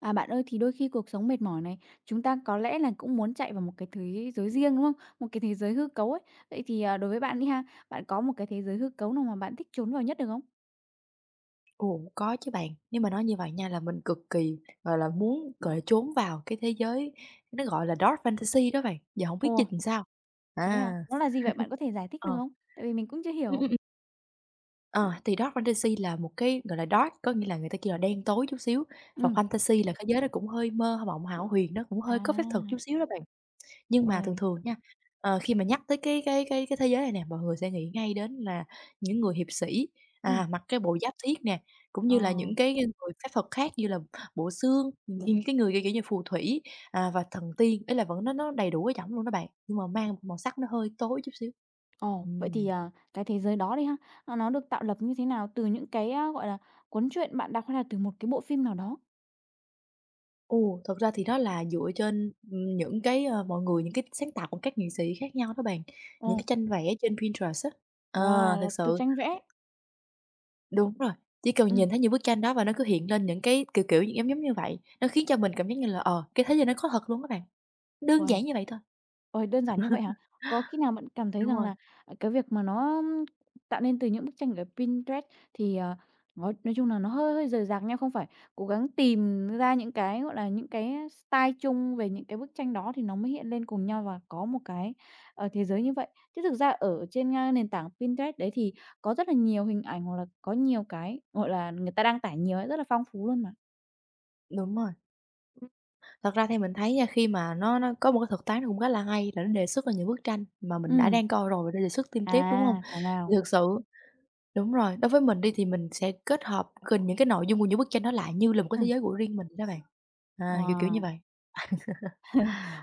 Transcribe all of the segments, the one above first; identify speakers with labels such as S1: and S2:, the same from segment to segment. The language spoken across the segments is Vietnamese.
S1: À, bạn ơi, thì đôi khi cuộc sống mệt mỏi này, chúng ta có lẽ là cũng muốn chạy vào một cái thế giới riêng, đúng không? Một cái thế giới hư cấu ấy. Vậy thì, à, đối với bạn đi ha, bạn có một cái thế giới hư cấu nào mà bạn thích trốn vào nhất được không?
S2: Ồ, có chứ bạn. Nếu mà nói như vậy nha là mình cực kỳ, gọi là, muốn, gọi là, trốn vào cái thế giới nó, gọi là, dark fantasy đó bạn, giờ không biết
S1: Ồ,
S2: dịch làm sao.
S1: thế
S2: À,
S1: à? Nó là gì vậy? Bạn có thể giải thích
S2: ờ.
S1: được không? Tại vì mình cũng chưa hiểu.
S2: Ừm. Ờ, thì dark fantasy là một cái, gọi là, dark có nghĩa là người ta kêu là đen tối chút xíu, và
S1: Ừ.
S2: fantasy là cái giới nó cũng hơi mơ mộng, hão huyền, nó cũng hơi có phép thuật chút
S1: À,
S2: xíu đó bạn. Nhưng mà thường
S1: rồi.
S2: thường nha, khi mà nhắc tới cái thế giới này nè, mọi người sẽ nghĩ ngay đến là những người hiệp sĩ,
S1: Ừm,
S2: mặc cái bộ giáp thiết nè, cũng
S1: ờ.
S2: như là những cái người phép thuật khác như là bộ xương, những cái người, kiểu như, phù thủy, và thần tiên, ý là vẫn nó đầy đủ cái giọng luôn đó bạn, nhưng mà mang màu sắc nó hơi tối chút xíu.
S1: Ồ, vậy thì,
S2: Ừm.
S1: à, cái thế giới đó đi ha, à, nó được tạo lập như thế nào? Từ những cái, gọi là, cuốn truyện bạn đọc hay là từ một cái bộ phim nào đó?
S2: Ồ, thật ra thì nó là dựa trên, những cái, mọi người những cái sáng tạo của các nghệ sĩ khác nhau đó bạn,
S1: Ồ,
S2: những cái tranh vẽ trên Pinterest á. Ờ,
S1: wow, là
S2: thực
S1: từ
S2: sự
S1: tranh vẽ.
S2: Đúng rồi, chỉ cần
S1: Ừm,
S2: nhìn thấy những bức tranh đó và nó cứ hiện lên những cái, kiểu, kiểu, những giống giống như vậy, nó khiến cho mình cảm giác như là, cái thế giới này nó có thật luôn các bạn, đơn
S1: uầy.
S2: giản như vậy thôi.
S1: Ôi, đơn giản như vậy hả? Có khi nào bạn cảm thấy
S2: Đúng
S1: rằng
S2: rồi,
S1: là, à, cái việc mà nó tạo nên từ những bức tranh ở Pinterest thì, ờ, nói chung là nó hơi hơi rời rạc nha, không phải cố gắng tìm ra những cái, gọi là, những cái style chung về những cái bức tranh đó thì nó mới hiện lên cùng nhau và có một cái, ờ, thế giới như vậy. Chứ thực ra ở trên, nền tảng Pinterest đấy thì có rất là nhiều hình ảnh hoặc là có nhiều cái, gọi là, người ta đăng tải nhiều ấy, rất là phong phú luôn mà.
S2: đúng rồi. Ừm, thật ra thì mình thấy nha, khi mà nó có một cái thuật toán nó cũng khá là hay là nó đề xuất là những bức tranh mà mình đã
S1: Ừ.
S2: đang coi rồi và nó đề xuất thêm tiếp, đúng không?
S1: À, thảo
S2: Thì
S1: nào?
S2: thực sự đúng rồi, đối với mình đi thì mình sẽ kết hợp gần những cái nội dung của những bức tranh đó lại như là một cái
S1: Ừ.
S2: thế giới của riêng mình đó bạn. À, kiểu như
S1: Wow.
S2: vậy.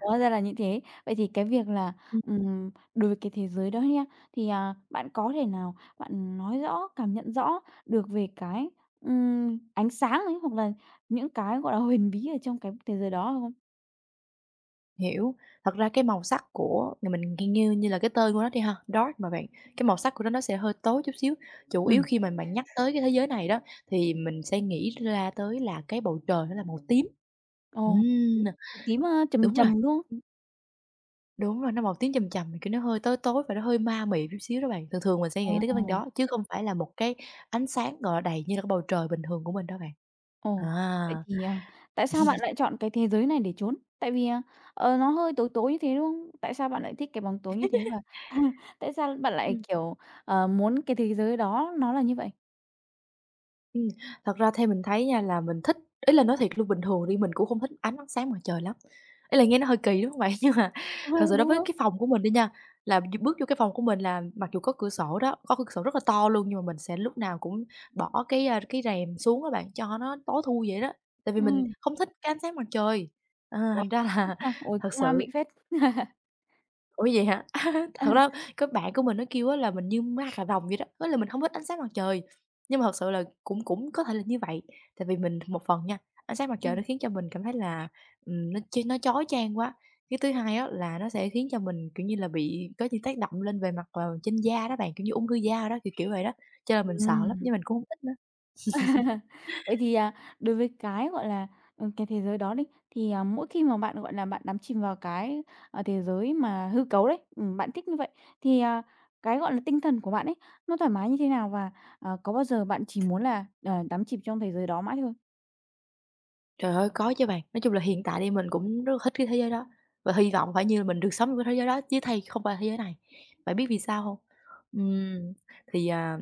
S1: Hóa ra là như thế. Vậy thì cái việc là, đối với cái thế giới đó nha, thì, à, bạn có thể nào bạn nói rõ, cảm nhận rõ được về cái, ánh sáng ấy, hoặc là những cái, gọi là, huyền bí ở trong cái thế giới đó không?
S2: Hiểu. Thật ra cái màu sắc của là mình nghe như như là cái tên của nó đi ha, Dark mà bạn, cái màu sắc của nó sẽ hơi tối chút xíu. Chủ yếu
S1: Ừ.
S2: khi mà bạn nhắc tới cái thế giới này đó, thì mình sẽ nghĩ ra tới là cái bầu trời nó là màu tím.
S1: Ồ,
S2: Ừm,
S1: màu tím, trầm
S2: đúng
S1: trầm,
S2: rồi,
S1: đúng không?
S2: ưm, đúng rồi, nó màu tím chầm chầm, kiểu, nó hơi tối tối và nó hơi ma mị chút xíu đó bạn. Thường thường mình sẽ
S1: Ồ,
S2: nghĩ tới cái bên đó, chứ không phải là một cái ánh sáng, gọi là, đầy như là cái bầu trời bình thường của mình đó bạn.
S1: ồ, vậy
S2: À.
S1: thì, ờ, tại sao bạn lại chọn cái thế giới này để trốn? Tại vì, à, ờ, nó hơi tối tối như thế, đúng không? Tại sao bạn lại thích cái bóng tối như thế và tại sao bạn lại,
S2: Ừm.
S1: kiểu, ờ, muốn cái thế giới đó nó là như vậy?
S2: Ừm, thật ra theo mình thấy nha là mình thích ý là nói thiệt luôn, bình thường đi mình cũng không thích ánh nắng sáng mặt trời lắm. Ý là nghe nó hơi kỳ, đúng không bạn? Nhưng mà
S1: Ờ,
S2: thật sự đối
S1: đúng
S2: với
S1: rồi.
S2: cái phòng của mình đi nha, là bước vô cái phòng của mình là mặc dù có cửa sổ đó, có cửa sổ rất là to luôn, nhưng mà mình sẽ lúc nào cũng bỏ cái, cái rèm xuống các bạn, cho nó tối thui vậy đó, tại vì mình
S1: Ừm.
S2: không thích cái ánh sáng mặt trời.
S1: Ủa,
S2: Thành ra
S1: thích
S2: là
S1: ha? Ôi,
S2: thật
S1: cũng,
S2: sự
S1: mịn phết.
S2: Ủa, vậy hả?
S1: À,
S2: Thật ra cái bạn của mình nó kêu á là mình như ma cà rồng vậy đó, với là mình không thích ánh sáng mặt trời. Nhưng mà thật sự là cũng cũng có thể là như vậy, tại vì mình một phần nha, ánh sáng mặt trời nó
S1: ừm,
S2: khiến cho mình cảm thấy là, nó chói chang quá. Cái thứ hai á là nó sẽ khiến cho mình, kiểu như là, bị có những tác động lên về mặt, trên da đó bạn, kiểu như ung thư da đó, kiểu vậy đó, cho nên là mình sợ lắm,
S1: ừm.
S2: nhưng mình cũng không thích nữa.
S1: Vậy thì, à, đối với cái, gọi là, ờ, cái thế giới đó đi, thì, à, mỗi khi mà bạn, gọi là, bạn đắm chìm vào cái, ờ, thế giới mà hư cấu đấy, bạn thích như vậy, thì, à, cái, gọi là, tinh thần của bạn ấy, nó thoải mái như thế nào? Và, ờ, có bao giờ bạn chỉ muốn là, ờ, đắm chìm trong thế giới đó mãi thôi?
S2: Trời ơi, có chứ bạn. Nói chung là hiện tại thì mình cũng rất là thích cái thế giới đó, và hy vọng phải như là mình được sống trong cái thế giới đó chứ thay không phải thế giới này. Bạn biết vì sao hông? Ừm, thì, à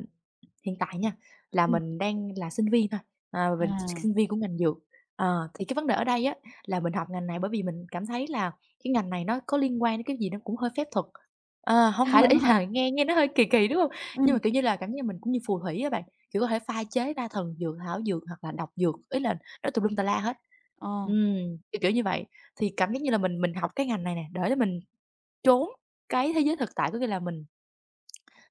S2: Hiện tại nha, là
S1: Ừm.
S2: mình đang là sinh viên thôi, mình
S1: À.
S2: sinh viên của ngành dược. Thì cái vấn đề ở đây á, là mình học ngành này bởi vì mình cảm thấy là cái ngành này nó có liên quan đến cái gì nó cũng hơi phép thuật. Hông phải là ý là nghe nghe nó hơi kỳ kỳ, đúng không? Nhưng mà,
S1: Ừm,
S2: kiểu như là, cảm giác mình cũng như phù thủy á bạn, kiểu, có thể pha chế ra thần dược, thảo dược hoặc là độc dược, ý là nó tùm lum tà la hết.
S1: ờ,
S2: Ừm, kiểu như vậy. Thì cảm giác như là mình học cái ngành này nè để mình trốn cái thế giới thực tại, có nghĩa là mình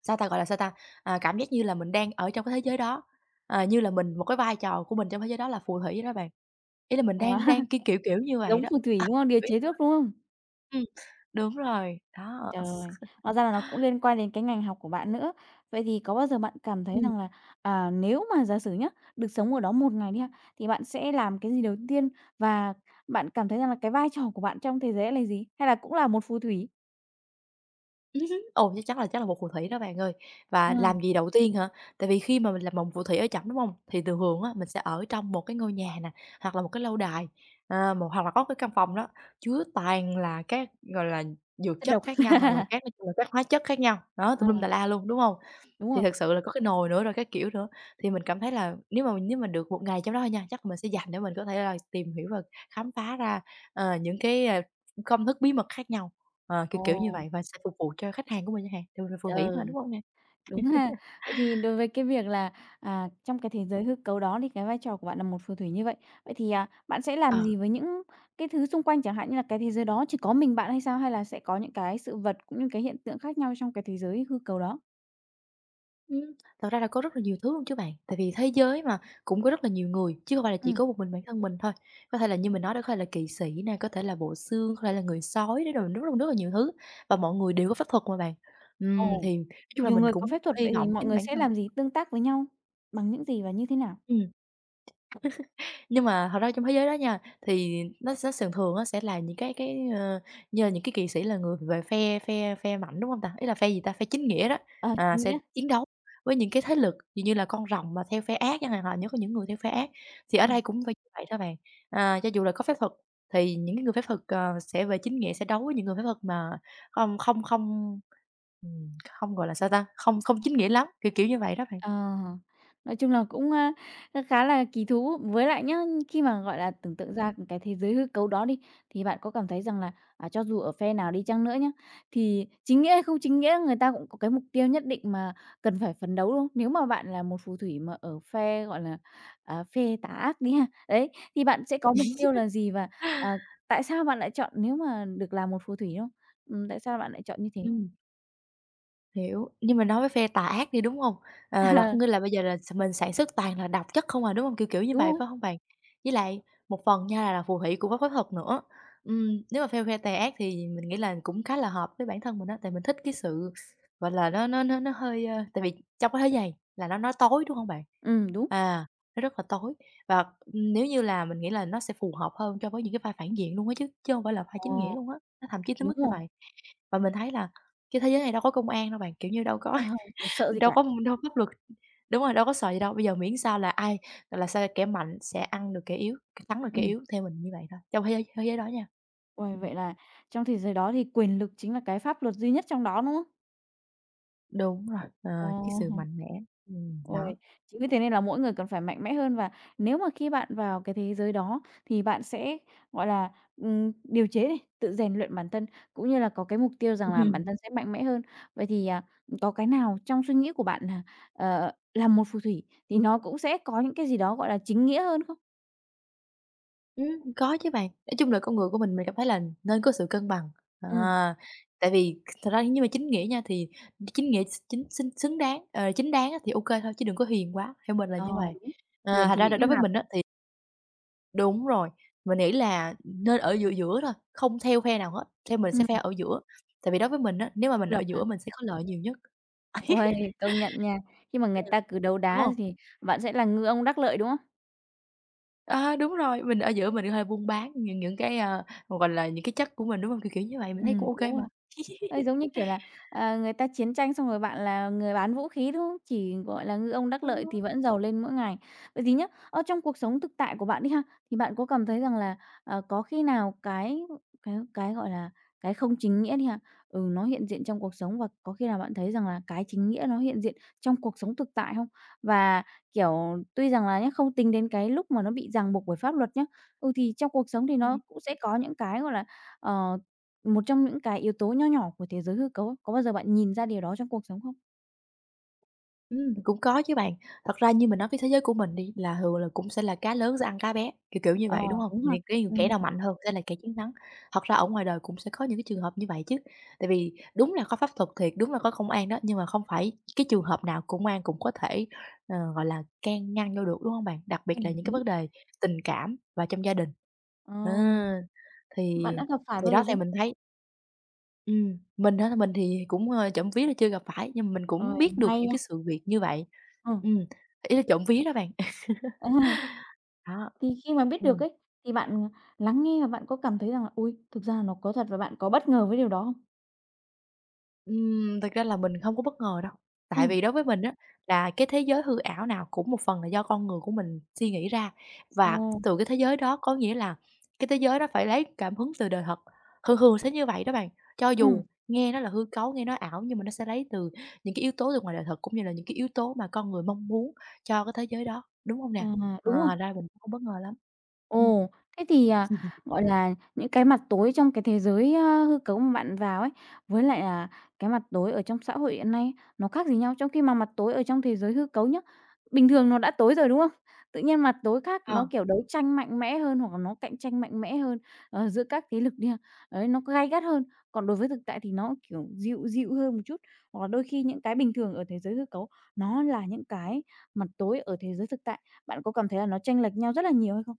S2: Sao ta, gọi là, sao ta, cảm giác như là mình đang ở trong cái thế giới đó, như là mình một cái vai trò của mình trong thế giới đó là phù thủy vậy đó bạn. Ý là mình
S1: wow,
S2: đang đang ki kiểu, kiểu như vậy
S1: giống
S2: đó,
S1: phù thủy, đúng không? Điều
S2: hiểu ý
S1: chế
S2: mình
S1: thuốc,
S2: hông?
S1: đúng không?
S2: Ừm, đúng rồi, đó.
S1: Trời, hóa ra là nó cũng liên quan đến cái ngành học của bạn nữa. Vậy thì có bao giờ bạn cảm thấy
S2: Ừm.
S1: rằng là, à, nếu mà giả sử nhá, được sống ở đó một ngày đi ha, thì bạn sẽ làm cái gì đầu tiên? Và bạn cảm thấy rằng là cái vai trò của bạn trong thế giới là gì? Hay là cũng là một phù thủy?
S2: Hứm. Ồ, chắc chắn là chắc là một phù thủy đó bạn ơi. Và
S1: Ờ,
S2: làm gì đầu tiên hả? Tại vì khi mà mình làm một phù thủy ở trỏng, đúng hông? Thì thường thường á, mình sẽ ở trong một cái ngôi nhà nè, hoặc là một cái lâu đài, à, một hoặc là có cái căn phòng đó chứa toàn là các, gọi là, dược
S1: chất
S2: chất
S1: độc.
S2: khác nhau, hoặc là các nói chung là các hóa chất khác nhau, đó,
S1: Ờ,
S2: tùm lum tà la luôn, đúng hông?
S1: đúng
S2: Thì
S1: rồi.
S2: thực sự là có cái nồi nữa rồi các kiểu nữa, thì mình cảm thấy là nếu mà được một ngày trong đó thôi nha, chắc là mình sẽ dành để mình có thể là tìm hiểu và khám phá ra, những cái, công thức bí mật khác nhau. Kiểu như
S1: Ồ,
S2: vậy và sẽ phục vụ cho khách hàng của mình chẳng hạn, tại mình là phù thủy
S1: trời.
S2: mà, đúng hông nè?
S1: Đúng ha. Vậy thì đối với cái việc là, à, trong cái thế giới hư cấu đó thì cái vai trò của bạn là một phù thủy như vậy. Vậy thì, à, bạn sẽ làm
S2: Ờ,
S1: gì với những cái thứ xung quanh, chẳng hạn như là cái thế giới đó chỉ có mình bạn hay sao? Hay là sẽ có những cái sự vật cũng như cái hiện tượng khác nhau trong cái thế giới hư cấu đó?
S2: ừm, thật ra là có rất là nhiều thứ luôn chứ bạn, tại vì thế giới mà cũng có rất là nhiều người, chứ không phải là chỉ
S1: Ừm,
S2: có một mình bản thân mình thôi. Có thể là như mình nói đó, có thể là kỵ sĩ nè, có thể là bộ xương, có thể là người sói đấy, rồi rất là nhiều thứ và mọi người đều có pháp thuật mà bạn.
S1: ồ,
S2: Thì nói chung là
S1: nhiều
S2: mình
S1: người có
S2: cũng
S1: phép thuật,
S2: hy
S1: vậy thì
S2: vọng
S1: mọi
S2: chính
S1: người
S2: bản
S1: sẽ
S2: thân
S1: làm gì, tương tác với nhau bằng những gì và như thế nào?
S2: ừm. Nhưng mà thật ra trong thế giới đó nha, thì nó sẽ thường thường á sẽ là những cái, như là những cái kỵ sĩ là người về phe phe phe mạnh, đúng không ta? Ý là phe gì ta? Phe chính nghĩa đó,
S1: Ờ, chính
S2: sẽ
S1: nghĩa.
S2: chiến đấu với những cái thế lực dường như là con rồng mà theo phe ác chẳng hạn, họ những có những người theo phe ác. Thì ở
S1: Ừ.
S2: đây cũng phải như vậy thôi bạn, cho dù là có phép thuật thì những cái người phép thuật, sẽ về chính nghĩa, sẽ đấu với những người phép thuật mà không không không ừm, không, gọi là, sao ta? Không không chính nghĩa lắm, kiểu như vậy đó bạn.
S1: Ờ, nói chung là cũng, khá là kỳ thú. Với lại nhá, khi mà, gọi là, tưởng tượng ra
S2: Ừm,
S1: cái thế giới hư cấu đó đi, thì bạn có cảm thấy rằng là, à, cho dù ở phe nào đi chăng nữa nhá, thì chính nghĩa hay không chính nghĩa người ta cũng có cái mục tiêu nhất định mà cần phải phấn đấu, đúng không? Nếu mà bạn là một phù thủy mà ở phe, gọi là, à, phe tà ác đi ha, đấy, thì bạn sẽ có mục tiêu là gì? Và, à, tại sao bạn lại chọn nếu mà được làm một phù thủy, đúng không? Tại sao bạn lại chọn như thế?
S2: ừm. Hiểu, nhưng mà nói với phe tà ác đi, đúng hông? Là có nghĩa là bây giờ là mình sản xuất toàn là độc chất không à, đúng hông? Kiểu như
S1: Đúng
S2: vậy,
S1: rồi,
S2: phải hông bạn? Với lại một phần nha là phù thủy cũng có phép thuật nữa. Nếu mà theo phe tà ác thì mình nghĩ là cũng khá là hợp với bản thân mình á, tại mình thích cái sự, gọi là, nó hơi, tại vì trong cái thế này là nó tối, đúng hông bạn?
S1: đúng.
S2: À, nó rất là tối và, nếu như là mình nghĩ là nó sẽ phù hợp hơn cho với những cái vai phản diện luôn á chứ, chứ hông phải là vai
S1: Ờ,
S2: chính nghĩa luôn á, nó thậm chí tới
S1: đúng
S2: mức như
S1: rồi.
S2: vậy. Và mình thấy là cái thế giới này đâu có công an đâu bạn, kiểu như, đâu có
S1: Ờ, chả sợ gì
S2: đâu
S1: cả.
S2: có đâu có pháp luật đúng rồi, đâu có sợ gì đâu. Bây giờ miễn sao là ai kẻ mạnh sẽ ăn được kẻ yếu, thắng được kẻ
S1: Ừm.
S2: yếu, theo mình như vậy thôi, trong thế giới đó nha.
S1: Uầy,
S2: Ừm,
S1: vậy là trong thế giới đó thì quyền lực chính là cái pháp luật duy nhất trong đó, đúng không?
S2: đúng rồi,
S1: Ồ,
S2: cái sự mạnh mẽ, đó.
S1: uầy, chính vì thế nên là mỗi người cần phải mạnh mẽ hơn và nếu mà khi bạn vào cái thế giới đó thì bạn sẽ, gọi là, điều chế này, tự rèn luyện bản thân cũng như là có cái mục tiêu rằng là
S2: Ừm,
S1: bản thân sẽ mạnh mẽ hơn. Vậy thì, à, có cái nào trong suy nghĩ của bạn là, ờ, là một phù thủy thì nó cũng sẽ có những cái gì đó, gọi là, chính nghĩa hơn không?
S2: có chứ bạn, nói chung là con người của mình cảm thấy là nên có sự cân bằng, à,
S1: Ừm,
S2: tại vì thật ra nhưng mà chính nghĩa nha, thì chính nghĩa chính xứng xứng đáng, chính đáng á thì ok thôi, chứ đừng có hiền quá, theo mình là
S1: ờ,
S2: như vậy.
S1: đúng,
S2: Ờ,
S1: hiền
S2: thành
S1: thì
S2: ra là
S1: bị bắt
S2: đối với
S1: nạt,
S2: mình á thì Đúng rồi, mình nghĩ là nên ở giữa giữa thôi, không theo phe nào hết, theo mình sẽ
S1: ừm,
S2: phe ở giữa. Tại vì đối với mình á, nếu mà
S1: trục
S2: mình ở
S1: lập hả?
S2: giữa mình sẽ có lợi nhiều nhất. Ấy.
S1: Uầy, công nhận nha. Khi mà người ta cứ đấu
S2: Đúng
S1: đá
S2: không?
S1: thì bạn sẽ là ngư ông đắc lợi, đúng không?
S2: À, đúng rồi, mình ở giữa mình có thể buôn bán những cái, những cái chất của mình, đúng không? Kiểu, kiểu như vậy, mình thấy cũng ok
S1: Đúng.
S2: mà.
S1: Ơi, giống như kiểu là, à, người ta chiến tranh xong rồi bạn là người bán vũ khí, đúng không? Chỉ, gọi là, ngư ông đắc
S2: Ờ.
S1: lợi thì vẫn giàu lên mỗi ngày. Vậy thì nhá, ở trong cuộc sống thực tại của bạn đi ha, thì bạn có cảm thấy rằng là, ờ, có khi nào cái, gọi là, cái không chính nghĩa đi ha, ừ, nó hiện diện trong cuộc sống và có khi nào bạn thấy rằng là cái chính nghĩa nó hiện diện trong cuộc sống thực tại không? Và, kiểu, tuy rằng là nhá, không tính đến cái lúc mà nó bị ràng buộc bởi pháp luật nhá, ừ, thì trong cuộc sống thì nó cũng sẽ có những cái, gọi là, ờ một trong những cái yếu tố nho nhỏ của thế giới hư cấu, có bao giờ bạn nhìn ra điều đó trong cuộc sống không?
S2: Cũng có chứ bạn. Thật ra như mình nói cái thế giới của mình đi, là thường là cũng sẽ là cá lớn sẽ ăn cá bé, kiểu, kiểu như
S1: Ờ,
S2: vậy, đúng hông?
S1: đúng ha.
S2: Những cái kẻ
S1: Ừm,
S2: nào mạnh hơn sẽ là kẻ chiến thắng. Thật ra ở ngoài đời cũng sẽ có những cái trường hợp như vậy chứ. Tại vì đúng là có pháp thuật thiệt, đúng là có công an đó, nhưng mà không phải cái trường hợp nào công an cũng có thể, can ngăn vô được, đúng hông bạn? Đặc biệt là những cái
S1: đúng.
S2: vấn đề tình cảm và trong gia đình.
S1: Ờ,
S2: Ờ, thì
S1: bạn đã gặp phải
S2: thì
S1: bao giờ
S2: đó, thì
S1: chưa?
S2: mình thấy mình á, mình thì cũng, ơ, trộm vía là chưa gặp phải, nhưng mà mình cũng
S1: Ôi,
S2: biết được
S1: may
S2: những
S1: nha.
S2: cái sự việc như vậy.
S1: Ừ,
S2: Ừm, ý là trộm vía đó bạn.
S1: à,
S2: Đó.
S1: thì khi mà biết được
S2: Ừm.
S1: ấy, thì bạn lắng nghe và bạn có cảm thấy rằng là "Ôi, thực ra nó có thật" và bạn có bất ngờ với điều đó không?
S2: Thực ra là mình không có bất ngờ đâu, tại
S1: Ừm,
S2: vì đối với mình á, là cái thế giới hư ảo nào cũng một phần là do con người của mình suy nghĩ ra, và
S1: ồ,
S2: từ cái thế giới đó có nghĩa là cái thế giới đó phải lấy cảm hứng từ đời thật, thường thường sẽ như vậy đó bạn. Cho dù
S1: ừm,
S2: nghe nó là hư cấu, nghe nó ảo nhưng mà nó sẽ lấy từ những cái yếu tố từ ngoài đời thật, cũng như là những cái yếu tố mà con người mong muốn cho cái thế giới đó, đúng không
S1: à,
S2: nè? Ờ,
S1: đúng rồi.
S2: thành ra mình cũng không bất ngờ lắm. Ừm.
S1: Ồ, thế thì, à, gọi là, những cái mặt tối trong cái thế giới, hư cấu mà bạn vào ấy, với lại là cái mặt tối ở trong xã hội hiện nay nó khác gì nhau? Trong khi mà mặt tối ở trong thế giới hư cấu nhá, bình thường nó đã tối rồi, đúng không? Tự nhiên mặt tối khác, nó,
S2: Ờ.
S1: kiểu, đấu tranh mạnh mẽ hơn hoặc là nó cạnh tranh mạnh mẽ hơn, ờ, giữa các thế lực đi ha, đấy, nó gay gắt hơn. Còn đối với thực tại thì nó, kiểu, dịu dịu hơn một chút, hoặc là đôi khi những cái bình thường ở thế giới hư cấu nó là những cái mặt tối ở thế giới thực tại. Bạn có cảm thấy là nó chênh lệch nhau rất là nhiều hay không?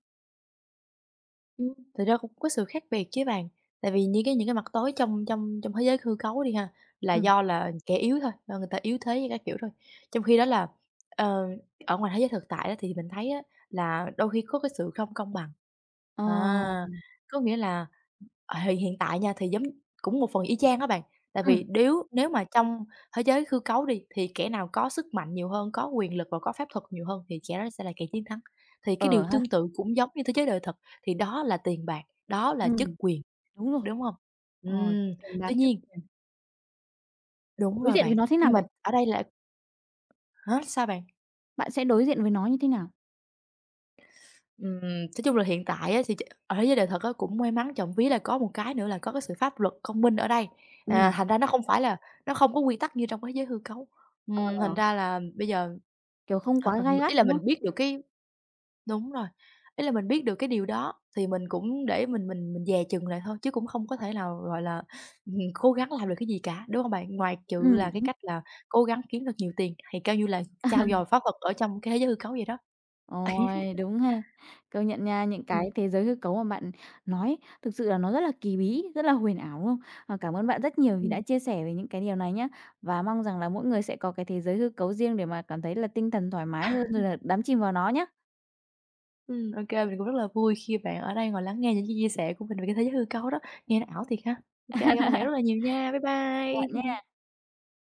S2: Thực ra cũng có sự khác biệt chứ bạn, tại vì những cái mặt tối trong trong trong thế giới hư cấu đi ha, là
S1: Ừm.
S2: do là kẻ yếu thôi, do người ta yếu thế các kiểu thôi. Trong khi đó là, ờ, ở ngoài thế giới thực tại á thì mình thấy á là đôi khi có cái sự không công bằng.
S1: Ờ.
S2: À, có nghĩa là, hiện tại nha, thì giống cũng một phần y chang á bạn, tại vì
S1: Ừm.
S2: nếu nếu mà trong thế giới hư cấu đi, thì kẻ nào có sức mạnh nhiều hơn, có quyền lực và có phép thuật nhiều hơn thì kẻ đó sẽ là kẻ chiến thắng. Thì cái điều
S1: Ờ ha,
S2: tương tự cũng giống như thế giới đời thực thì đó là tiền bạc, đó là chức
S1: ừm,
S2: quyền,
S1: đúng rồi.
S2: đúng hông?
S1: Ờ,
S2: Ừm,
S1: tiền bạc
S2: tuy
S1: chứ
S2: nhiên đúng
S1: đối
S2: rồi
S1: diện
S2: bạn,
S1: với nó thế nào
S2: nhưng mà
S1: vậy?
S2: ở đây là hả, sao bạn?
S1: Bạn sẽ đối diện với nó như thế nào?
S2: Nói chung là hiện tại á thì ch ở thế giới đời thật á cũng may mắn trộm vía là có một cái nữa là có cái sự pháp luật công minh ở đây,
S1: Ừm,
S2: thành ra nó không có quy tắc như trong cái thế giới hư cấu. Thành
S1: ờ,
S2: ra là bây giờ
S1: kiểu, không
S2: thật
S1: quá
S2: là
S1: gay gắt,
S2: ý là
S1: đúng
S2: mình
S1: không?
S2: biết được cái Đúng rồi, ý là mình biết được cái điều đó thì mình cũng để mình dè chừng lại thôi, chứ cũng không có thể nào, cố gắng làm được cái gì cả, đúng không bạn? Ngoài trừ là cái
S1: Đúng.
S2: cách là cố gắng kiếm thật nhiều tiền, thì coi như là trau dồi pháp thuật ở trong cái thế giới hư cấu vậy đó.
S1: Ôi, đúng ha. Công nhận nha, những
S2: Ừm,
S1: cái thế giới hư cấu mà bạn nói thực sự là nó rất là kỳ bí, rất là huyền ảo, đúng không? Ờ, cảm ơn bạn rất nhiều vì đã
S2: ừm,
S1: chia sẻ về những cái điều này nhá, và mong rằng là mỗi người sẽ có cái thế giới hư cấu riêng để mà cảm thấy là tinh thần thoải mái hơn rồi là đắm chìm vào nó nhá.
S2: ô mình cũng rất là vui khi bạn ở đây ngồi lắng nghe những cái chia sẻ của mình về cái thế giới hư cấu đó, nghe nó ảo thiệt ha. Ok, cảm ơn bạn rất là nhiều nha, bye
S1: Bạn
S2: bye.
S1: nha.